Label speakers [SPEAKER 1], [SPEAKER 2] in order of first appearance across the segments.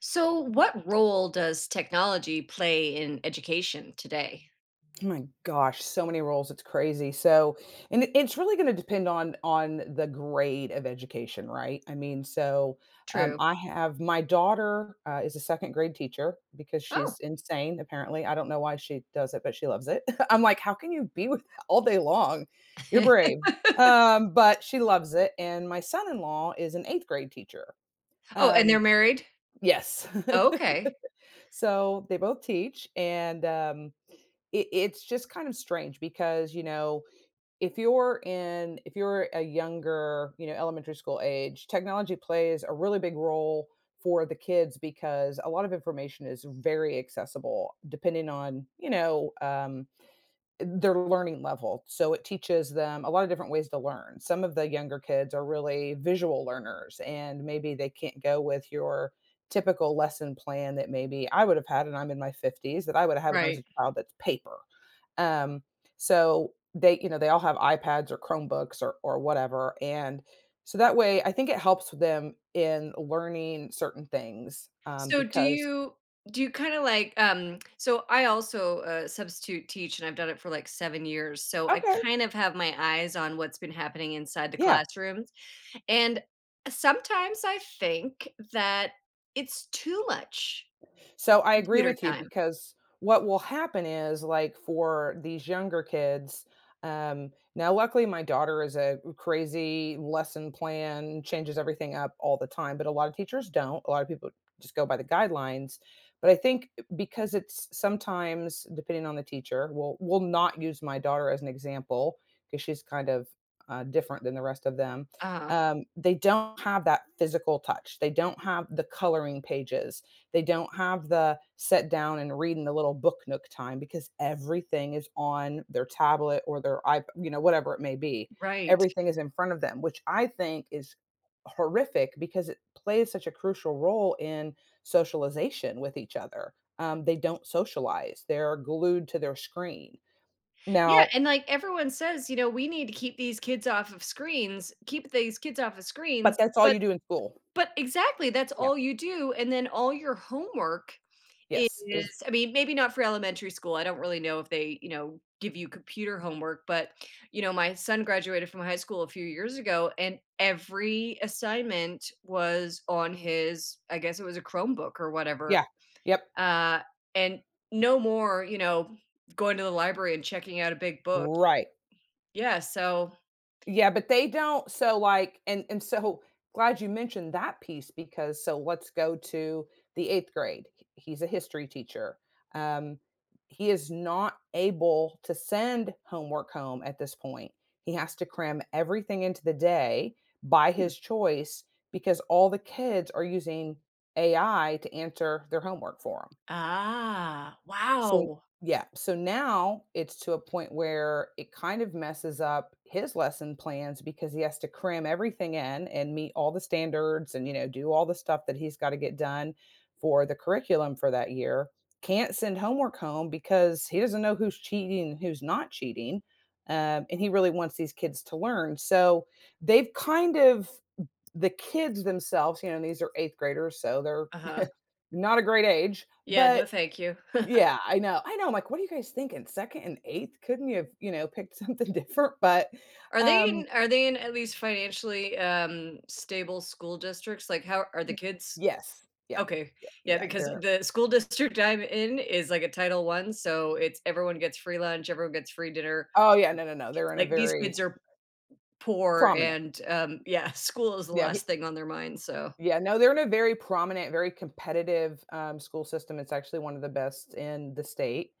[SPEAKER 1] So, what role does technology play in education today?
[SPEAKER 2] Oh my gosh, so many roles, it's crazy. So, it's really going to depend on the grade of education, right? I mean, so
[SPEAKER 1] True.
[SPEAKER 2] I have my daughter is a second grade teacher because
[SPEAKER 1] Oh.
[SPEAKER 2] she's insane. Apparently, I don't know why she does it, but she loves it. I'm like, how can you be with that all day long? You're brave, but she loves it. And my son-in-law is an eighth grade teacher.
[SPEAKER 1] Oh, and
[SPEAKER 2] Um,
[SPEAKER 1] they're married?
[SPEAKER 2] yes.
[SPEAKER 1] Okay.
[SPEAKER 2] So they both teach, and it's just kind of strange because if you're in if you're a younger elementary school age, technology plays a really big role for the kids because a lot of information is very accessible depending on their learning level, so it teaches them a lot of different ways to learn. Some of the younger kids are really visual learners, and maybe they can't go with your typical lesson plan that maybe I would have had, and I'm in my 50s, that I would have had when I was
[SPEAKER 1] Right.
[SPEAKER 2] a child that's paper. Um, so they they all have iPads or Chromebooks or whatever, and so that way, I think it helps them in learning certain things,
[SPEAKER 1] So, do
[SPEAKER 2] because
[SPEAKER 1] you do you kinda like, so I also, substitute teach, and I've done it for, like, 7 years, so I
[SPEAKER 2] okay,
[SPEAKER 1] kind of have my eyes on what's been happening inside the
[SPEAKER 2] yeah.
[SPEAKER 1] classrooms. And sometimes I think that it's too much
[SPEAKER 2] So I agree
[SPEAKER 1] computer
[SPEAKER 2] with you
[SPEAKER 1] time.
[SPEAKER 2] because what will happen is like for these younger kids, now luckily my daughter is a crazy lesson plan, changes everything up all the time, but a lot of teachers don't. A lot of people just go by the guidelines. But I think because it's sometimes depending on the teacher, we'll not use my daughter as an example because she's kind of different than the rest of them.
[SPEAKER 1] Uh,
[SPEAKER 2] They don't have that physical touch. They don't have the coloring pages, they don't have the sit down and read in the little book nook time because everything is on their tablet or their whatever it may be.
[SPEAKER 1] right.
[SPEAKER 2] Everything is in front of them, which I think is horrific because it plays such a crucial role in socialization with each other. They don't socialize. They're glued to their screen.
[SPEAKER 1] Yeah,
[SPEAKER 2] Now
[SPEAKER 1] and like everyone says, you know, we need to keep these kids off of screens, keep these kids off of
[SPEAKER 2] but
[SPEAKER 1] screens,
[SPEAKER 2] that's all
[SPEAKER 1] but
[SPEAKER 2] you do in school.
[SPEAKER 1] but exactly, that's
[SPEAKER 2] Yeah.
[SPEAKER 1] all you do, and then all your homework
[SPEAKER 2] Yes,
[SPEAKER 1] is
[SPEAKER 2] is
[SPEAKER 1] I mean, maybe not for elementary school, I don't really know if they, you know, give you computer homework, but you know, my son graduated from high school a few years ago and every assignment was on his I guess it was a Chromebook or whatever.
[SPEAKER 2] yeah. Yep.
[SPEAKER 1] Uh and no more, you know, going to the library and checking out a big book.
[SPEAKER 2] Right.
[SPEAKER 1] Yeah, so
[SPEAKER 2] Yeah, but they don't so, like and so glad you mentioned that piece because so let's go to the 8th grade. He's a history teacher. Um, he is not able to send homework home at this point. He has to cram everything into the day by
[SPEAKER 1] Hmm.
[SPEAKER 2] his choice because all the kids are using AI to answer their homework for him.
[SPEAKER 1] Ah,
[SPEAKER 2] So
[SPEAKER 1] wow.
[SPEAKER 2] yeah, so now it's to a point where it kind of messes up his lesson plans because he has to cram everything in and meet all the standards and you know do all the stuff that he's got to get done for the curriculum for that year. Can't send homework home because he doesn't know who's cheating and who's not cheating. And he really wants these kids to learn. So they've kind of the kids themselves, you know, these are eighth graders, so they're
[SPEAKER 1] Uh-huh.
[SPEAKER 2] not a great age,
[SPEAKER 1] Yeah,
[SPEAKER 2] but
[SPEAKER 1] no, thank you.
[SPEAKER 2] yeah, I know, I'm like, "What are you guys thinking? 2nd and 8th? Couldn't you have, you know, picked something different?" But,
[SPEAKER 1] Are they
[SPEAKER 2] um
[SPEAKER 1] in are they in at least financially, stable school districts? Like, how are the
[SPEAKER 2] Y
[SPEAKER 1] kids
[SPEAKER 2] yes, yeah,
[SPEAKER 1] okay,
[SPEAKER 2] yeah,
[SPEAKER 1] yeah,
[SPEAKER 2] yeah,
[SPEAKER 1] because
[SPEAKER 2] they're
[SPEAKER 1] the school district I'm in is like a Title One, so it's everyone gets free lunch, everyone gets free dinner.
[SPEAKER 2] oh, yeah, no, no, no, they're in a
[SPEAKER 1] Like, these
[SPEAKER 2] very
[SPEAKER 1] kids are poor
[SPEAKER 2] prominent.
[SPEAKER 1] and, yeah, school is the
[SPEAKER 2] Yeah, he
[SPEAKER 1] last thing on their mind, so
[SPEAKER 2] yeah, no, they're in a very prominent, very competitive, school system, it's actually one of the best in the state,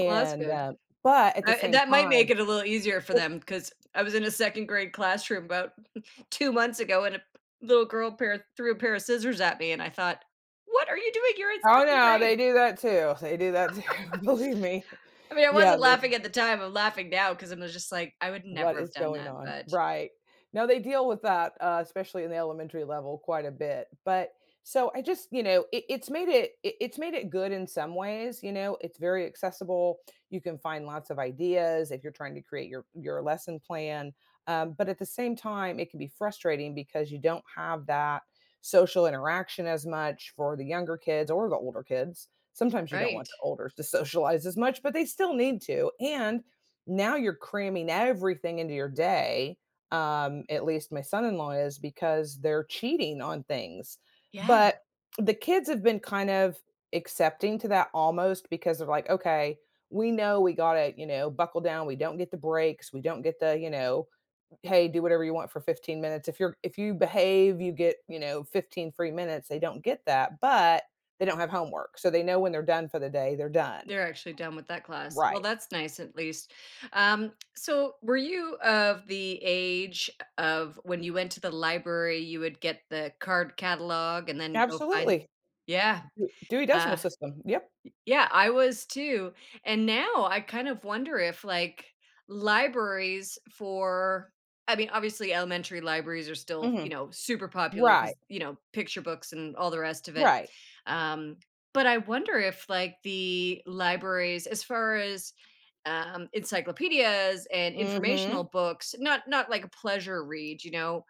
[SPEAKER 1] well, that's good.
[SPEAKER 2] uh but at the
[SPEAKER 1] I
[SPEAKER 2] same
[SPEAKER 1] that might make
[SPEAKER 2] time
[SPEAKER 1] it a little easier for them because I was in a second-grade classroom about 2 months ago, and a little girl pair threw a pair of scissors at me, and I thought, "What are you doing? You're in
[SPEAKER 2] oh,
[SPEAKER 1] 2nd
[SPEAKER 2] no, they
[SPEAKER 1] grade."
[SPEAKER 2] do that too, they do that too, believe me.
[SPEAKER 1] I mean, I
[SPEAKER 2] Yeah,
[SPEAKER 1] wasn't laughing
[SPEAKER 2] they
[SPEAKER 1] at the time, I'm laughing now because 'cause I'm just like, "I would
[SPEAKER 2] what
[SPEAKER 1] never have
[SPEAKER 2] is
[SPEAKER 1] done
[SPEAKER 2] going
[SPEAKER 1] that,"
[SPEAKER 2] on?
[SPEAKER 1] but
[SPEAKER 2] Right. No, they deal with that, especially in the elementary level quite a bit. But so I just, you know, it's made it, it's made it good in some ways, you know, it's very accessible. You can find lots of ideas if you're trying to create your lesson plan. But at the same time, it can be frustrating because you don't have that social interaction as much for the younger kids or the older kids. Sometimes you don't
[SPEAKER 1] right.
[SPEAKER 2] want the older to socialize as much, but they still need to. And now you're cramming everything into your day. At least my son-in-law is because they're cheating on things.
[SPEAKER 1] Yeah,
[SPEAKER 2] But the kids have been kind of accepting to that almost because they're like, okay, we know we gotta, you know, buckle down. We don't get the breaks. We don't get the, you know, hey, do whatever you want for 15 minutes. If you're if you behave, you get, you know, 15 free minutes. They don't get that, but they don't have homework. So they know when they're done for the day, they're done.
[SPEAKER 1] they're actually done with that class. Well,
[SPEAKER 2] Right.
[SPEAKER 1] that's nice at least. So were you of the age of when you went to the library, you would get the card catalog and then go find
[SPEAKER 2] Absolutely.
[SPEAKER 1] yeah,
[SPEAKER 2] D Dewey
[SPEAKER 1] uh
[SPEAKER 2] Decimal System, yep.
[SPEAKER 1] yeah, I was too. And now I kind of wonder if like libraries for I mean, obviously elementary libraries are still, you
[SPEAKER 2] Mhm.
[SPEAKER 1] know, super popular
[SPEAKER 2] Right,
[SPEAKER 1] because, you know, picture books and all the rest of it.
[SPEAKER 2] right.
[SPEAKER 1] Um, but I wonder if like the libraries as far as encyclopedias and informational
[SPEAKER 2] Mhm,
[SPEAKER 1] books, not like a pleasure read, you know,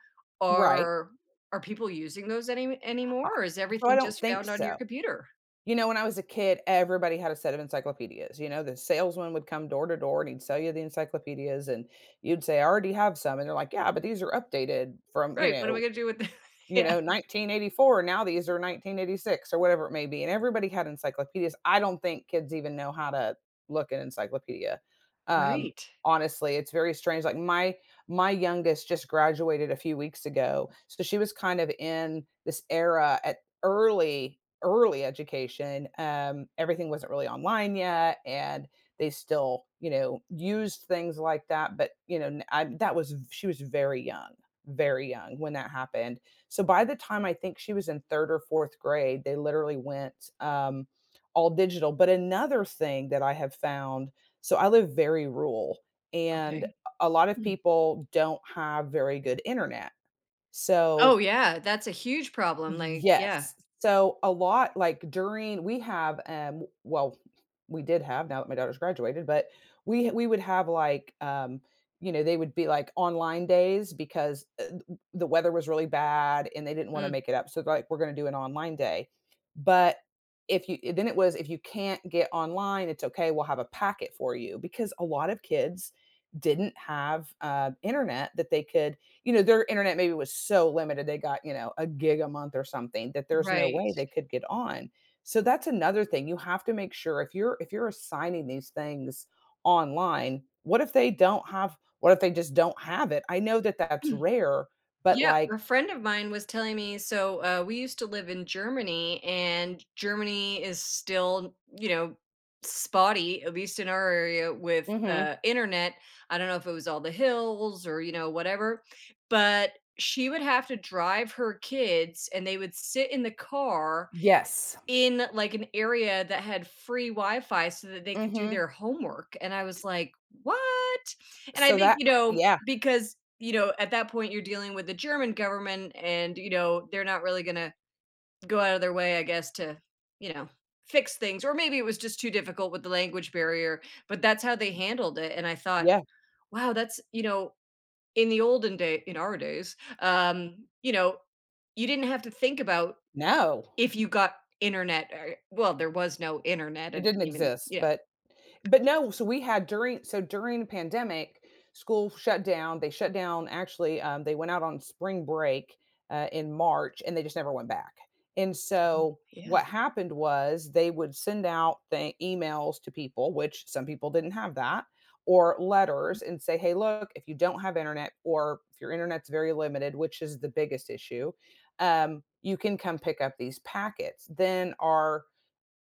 [SPEAKER 2] right.
[SPEAKER 1] are are people using those any
[SPEAKER 2] I
[SPEAKER 1] anymore or is
[SPEAKER 2] so I
[SPEAKER 1] everything
[SPEAKER 2] don't
[SPEAKER 1] just
[SPEAKER 2] think
[SPEAKER 1] found on your
[SPEAKER 2] so.
[SPEAKER 1] computer?
[SPEAKER 2] You know, when I was a kid, everybody had a set of encyclopedias, you know, the salesman would come door to door and he'd sell you the encyclopedias and you'd say, "I already have some," and they're like, "Yeah, but these are updated from" you
[SPEAKER 1] Right, what am I
[SPEAKER 2] know,
[SPEAKER 1] gonna do with the yeah.
[SPEAKER 2] 1984. Now these are 1986 or whatever it may be. And everybody had encyclopedias. I don't think kids even know how to look at encyclopedia. Um,
[SPEAKER 1] Right,
[SPEAKER 2] honestly, it's very strange. Like my youngest just graduated a few weeks ago, so she was kind of in this era at early education. Everything wasn't really online yet, and they still you know used things like that. But you know, that was she was very young when that happened, so by the time I think she was in 3rd or 4th grade, they literally went, all digital. But another thing that I have found so I live very rural, and
[SPEAKER 1] okay.
[SPEAKER 2] a lot of
[SPEAKER 1] Mm.
[SPEAKER 2] people don't have very good internet. So
[SPEAKER 1] Oh, yeah, that's a huge problem, like yeah.
[SPEAKER 2] yes. So a lot like during we have, well, we did have now that my daughter's graduated, but we would have like, you know, they would be like online days because, th the weather was really bad and they didn't wanna
[SPEAKER 1] Mm.
[SPEAKER 2] make it up. So they're like, "We're gonna do an online day." But if you then it was, "If you can't get online, it's okay, we'll have a packet for you," because a lot of kids didn't have, internet that they could you know, their internet maybe was so limited, they got, you know, a gig a month or something that there's no
[SPEAKER 1] Right.
[SPEAKER 2] way they could get on. So that's another thing. You have to make sure if you're assigning these things online, what if they don't have what if they just don't have it? I know that that's
[SPEAKER 1] Mm.
[SPEAKER 2] rare, but
[SPEAKER 1] Yeah,
[SPEAKER 2] like
[SPEAKER 1] a friend of mine was telling me so, we used to live in Germany, and Germany is still, you know, spotty, at least in our area, with,
[SPEAKER 2] mhm.
[SPEAKER 1] internet. I don't know if it was all the hills or, you know, whatever, but she would have to drive her kids, and they would sit in the car
[SPEAKER 2] Yes.
[SPEAKER 1] in, like, an area that had free Wi-Fi so that they could do
[SPEAKER 2] Mhm.
[SPEAKER 1] their homework, and I was like, "What?" And I
[SPEAKER 2] So
[SPEAKER 1] think,
[SPEAKER 2] that
[SPEAKER 1] you know,
[SPEAKER 2] yeah,
[SPEAKER 1] because, you know, at that point, you're dealing with the German government and, you know, they're not really gonna go out of their way, I guess, to, you know, fix things, or maybe it was just too difficult with the language barrier, but that's how they handled it, and I thought,
[SPEAKER 2] yeah.
[SPEAKER 1] "Wow, that's" you know, in the olden day in our days, you know, you didn't have to think about
[SPEAKER 2] No.
[SPEAKER 1] if you got internet or well, there was no internet, I
[SPEAKER 2] It
[SPEAKER 1] didn't
[SPEAKER 2] didn't
[SPEAKER 1] even
[SPEAKER 2] exist,
[SPEAKER 1] yeah,
[SPEAKER 2] but no, so we had during so during the pandemic, school shut down. They shut down actually, they went out on spring break, in March and they just never went back. And so
[SPEAKER 1] yeah.
[SPEAKER 2] what happened was they would send out the emails to people, which some people didn't have that, or letters and say, "Hey, look, if you don't have internet or if your internet's very limited, which is the biggest issue, you can come pick up these packets." Then our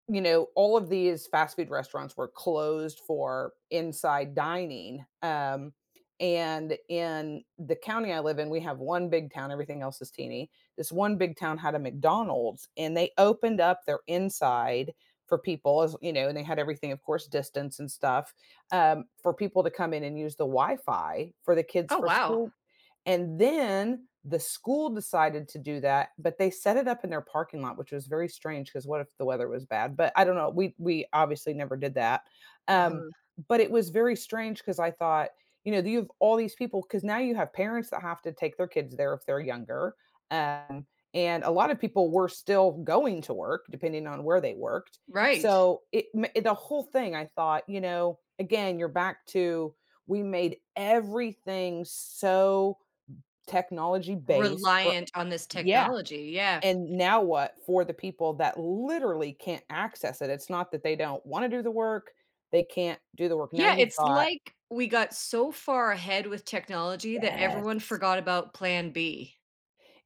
[SPEAKER 2] you know, all of these fast food restaurants were closed for inside dining. And in the county I live in, we have one big town, everything else is teeny. This one big town had a McDonald's and they opened up their inside for people, as you know, and they had everything, of course, distance and stuff, for people to come in and use the Wi Fi for the kids
[SPEAKER 1] Oh,
[SPEAKER 2] for
[SPEAKER 1] wow.
[SPEAKER 2] school and then the school decided to do that, but they set it up in their parking lot, which was very strange because what if the weather was bad? But I don't know. We obviously never did that. Um,
[SPEAKER 1] Uh-huh.
[SPEAKER 2] but it was very strange because I thought, you know, you have all these people because now you have parents that have to take their kids there if they're younger. Um, and a lot of people were still going to work depending on where they worked.
[SPEAKER 1] Right.
[SPEAKER 2] So it, ma- it the whole thing, I thought, you know, again, you're back to we made everything so technology based for
[SPEAKER 1] Reliant on this
[SPEAKER 2] yeah,
[SPEAKER 1] technology, yeah.
[SPEAKER 2] and now what for the people that literally can't access it? It's not that they don't wanna do the work, they can't do the work. Now
[SPEAKER 1] Yeah,
[SPEAKER 2] you've
[SPEAKER 1] it's
[SPEAKER 2] got
[SPEAKER 1] like we got so far ahead with technology that
[SPEAKER 2] yes.
[SPEAKER 1] everyone forgot about plan B.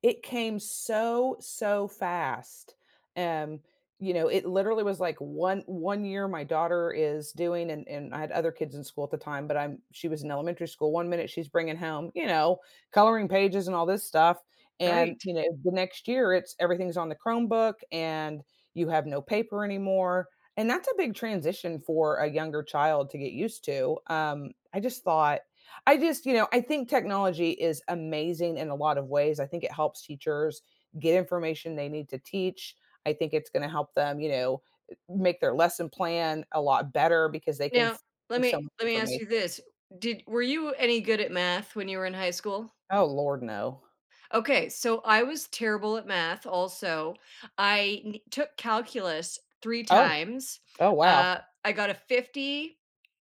[SPEAKER 2] It came so, so fast. Um, you know, it literally was like one year my daughter is doing and I had other kids in school at the time, but I'm she was in elementary school. One minute she's bringing home, you know, coloring pages and all this stuff. And,
[SPEAKER 1] Right.
[SPEAKER 2] you know, the next year it's everything's on the Chromebook and you have no paper anymore. And that's a big transition for a younger child to get used to. I just, I think technology is amazing in a lot of ways. I think it helps teachers get information they need to teach. I think it's going to help them, make their lesson plan a lot better because they can
[SPEAKER 1] Now, let
[SPEAKER 2] find
[SPEAKER 1] me
[SPEAKER 2] so much
[SPEAKER 1] let me ask you
[SPEAKER 2] information.
[SPEAKER 1] this, did were you any good at math when you were in high school?
[SPEAKER 2] Oh, Lord, no.
[SPEAKER 1] Okay, so I was terrible at math also. I took calculus 3
[SPEAKER 2] Oh,
[SPEAKER 1] times.
[SPEAKER 2] oh, wow.
[SPEAKER 1] Uh, I got a 50,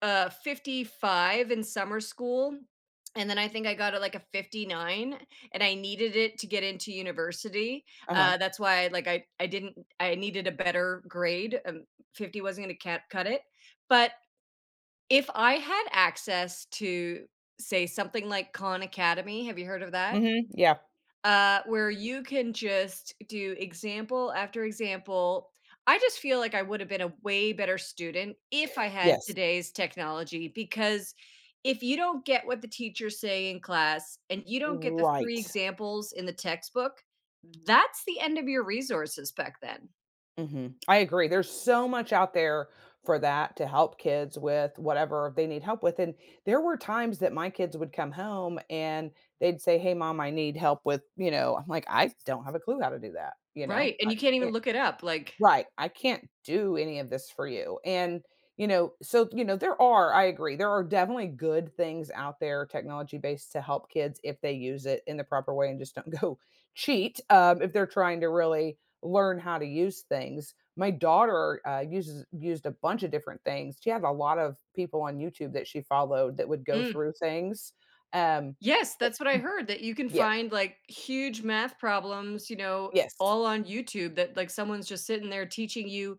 [SPEAKER 1] 55 in summer school, and then I think I got a, like a 59, and I needed it to get into university.
[SPEAKER 2] Uh huh.
[SPEAKER 1] That's why like I didn't I needed a better grade. 50 wasn't going to cut it. But if I had access to say something like Khan Academy, have you heard of that?
[SPEAKER 2] Mm hmm. Yeah.
[SPEAKER 1] Uh, where you can just do example after example. I just feel like I would have been a way better student if I had
[SPEAKER 2] Yes.
[SPEAKER 1] today's technology because if you don't get what the teachers say in class and you don't get the
[SPEAKER 2] Right.
[SPEAKER 1] three examples in the textbook, that's the end of your resources back then.
[SPEAKER 2] Mhm. I agree. There's so much out there for that to help kids with whatever they need help with. And there were times that my kids would come home and they'd say, "Hey, mom, I need help with, you know, I'm like, I don't have a clue how to do that." You know,
[SPEAKER 1] Right. And you can't even
[SPEAKER 2] I—
[SPEAKER 1] look it up. Like,
[SPEAKER 2] Right. I can't do any of this for you. And, you know, so, you know, there are, I agree, there are definitely good things out there, technology based to help kids if they use it in the proper way and just don't go cheat if they're trying to really learn how to use things. My daughter uses used a bunch of different things. She had a lot of people on YouTube that she followed that would go through things. Um,
[SPEAKER 1] yes, that's what I heard, that you can
[SPEAKER 2] yep.
[SPEAKER 1] find, like, huge math problems, you know,
[SPEAKER 2] Yes.
[SPEAKER 1] all on YouTube that, like, someone's just sitting there teaching you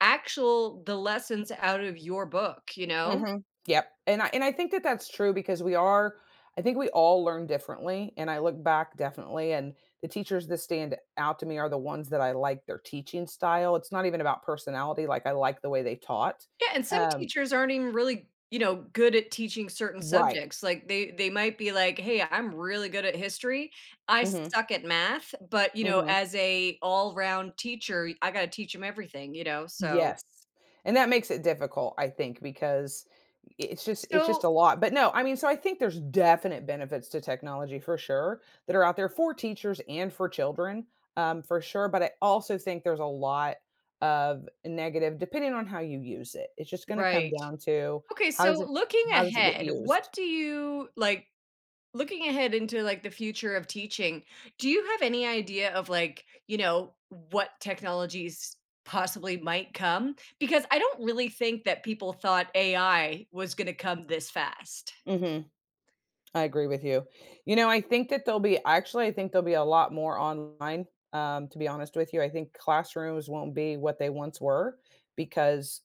[SPEAKER 1] actual the lessons out of your book, you know?
[SPEAKER 2] Mhm. Yep, and I think that that's true because we are I think we all learn differently, and I look back definitely, and the teachers that stand out to me are the ones that I like their teaching style. It's not even about personality, like, I like the way they taught.
[SPEAKER 1] Yeah, and some
[SPEAKER 2] Um
[SPEAKER 1] teachers aren't even really, you know, good at teaching certain
[SPEAKER 2] Right.
[SPEAKER 1] subjects, like, they might be like, "Hey, I'm really good at history. I
[SPEAKER 2] Mhm.
[SPEAKER 1] suck at math, but, you know,
[SPEAKER 2] Mhm.
[SPEAKER 1] as a all-round teacher, I gotta teach them everything," you know? So
[SPEAKER 2] Yes, and that makes it difficult, I think, because it's just
[SPEAKER 1] so
[SPEAKER 2] a lot. But no, I mean, so I think there's definite benefits to technology for sure that are out there for teachers and for children, for sure. But I also think there's a lot of negative depending on how you use it. It's just going to come
[SPEAKER 1] right.
[SPEAKER 2] down to
[SPEAKER 1] Okay,
[SPEAKER 2] how does
[SPEAKER 1] so
[SPEAKER 2] it
[SPEAKER 1] looking
[SPEAKER 2] how does it get
[SPEAKER 1] ahead,
[SPEAKER 2] used?
[SPEAKER 1] what do you like looking ahead into like the future of teaching, do you have any idea of like, you know, what technologies possibly might come? Because I don't really think that people thought AI was going to come this fast.
[SPEAKER 2] Mhm. I agree with you. You know, I think that there'll be I think there'll be a lot more online, to be honest with you. I think classrooms won't be what they once were because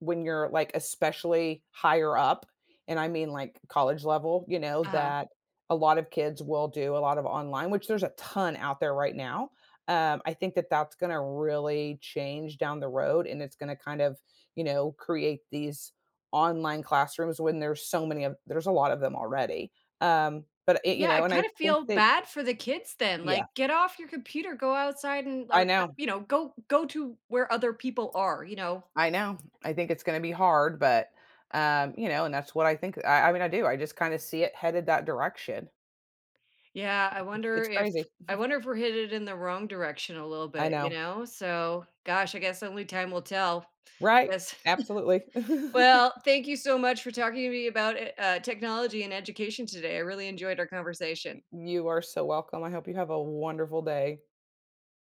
[SPEAKER 2] when you're like especially higher up, and I mean like college level, you know,
[SPEAKER 1] Uh-huh.
[SPEAKER 2] that a lot of kids will do a lot of online, which there's a ton out there right now. I think that that's going to really change down the road, and it's going to kind of, you know, create these online classrooms when there's a lot of them already. But it, you
[SPEAKER 1] Yeah, I
[SPEAKER 2] know, and I
[SPEAKER 1] kinda
[SPEAKER 2] think
[SPEAKER 1] feel
[SPEAKER 2] that
[SPEAKER 1] bad for the kids then, like,
[SPEAKER 2] yeah,
[SPEAKER 1] get off your computer, go outside and
[SPEAKER 2] I
[SPEAKER 1] or,
[SPEAKER 2] know.
[SPEAKER 1] you know, go to where other people are, you know?
[SPEAKER 2] I know. I think it's gonna be hard, but, you know, and that's what I think I mean, I do. I just kinda see it headed that direction.
[SPEAKER 1] Yeah, I
[SPEAKER 2] It's
[SPEAKER 1] wonder
[SPEAKER 2] it's
[SPEAKER 1] if
[SPEAKER 2] crazy.
[SPEAKER 1] I wonder if we're headed in the wrong direction a little
[SPEAKER 2] I
[SPEAKER 1] bit, you
[SPEAKER 2] know.
[SPEAKER 1] know? So, gosh, I guess only time will tell.
[SPEAKER 2] Right.
[SPEAKER 1] Yes.
[SPEAKER 2] Absolutely.
[SPEAKER 1] Well, thank you so much for talking to me about, technology and education today. I really enjoyed our conversation.
[SPEAKER 2] You are so welcome. I hope you have a wonderful day.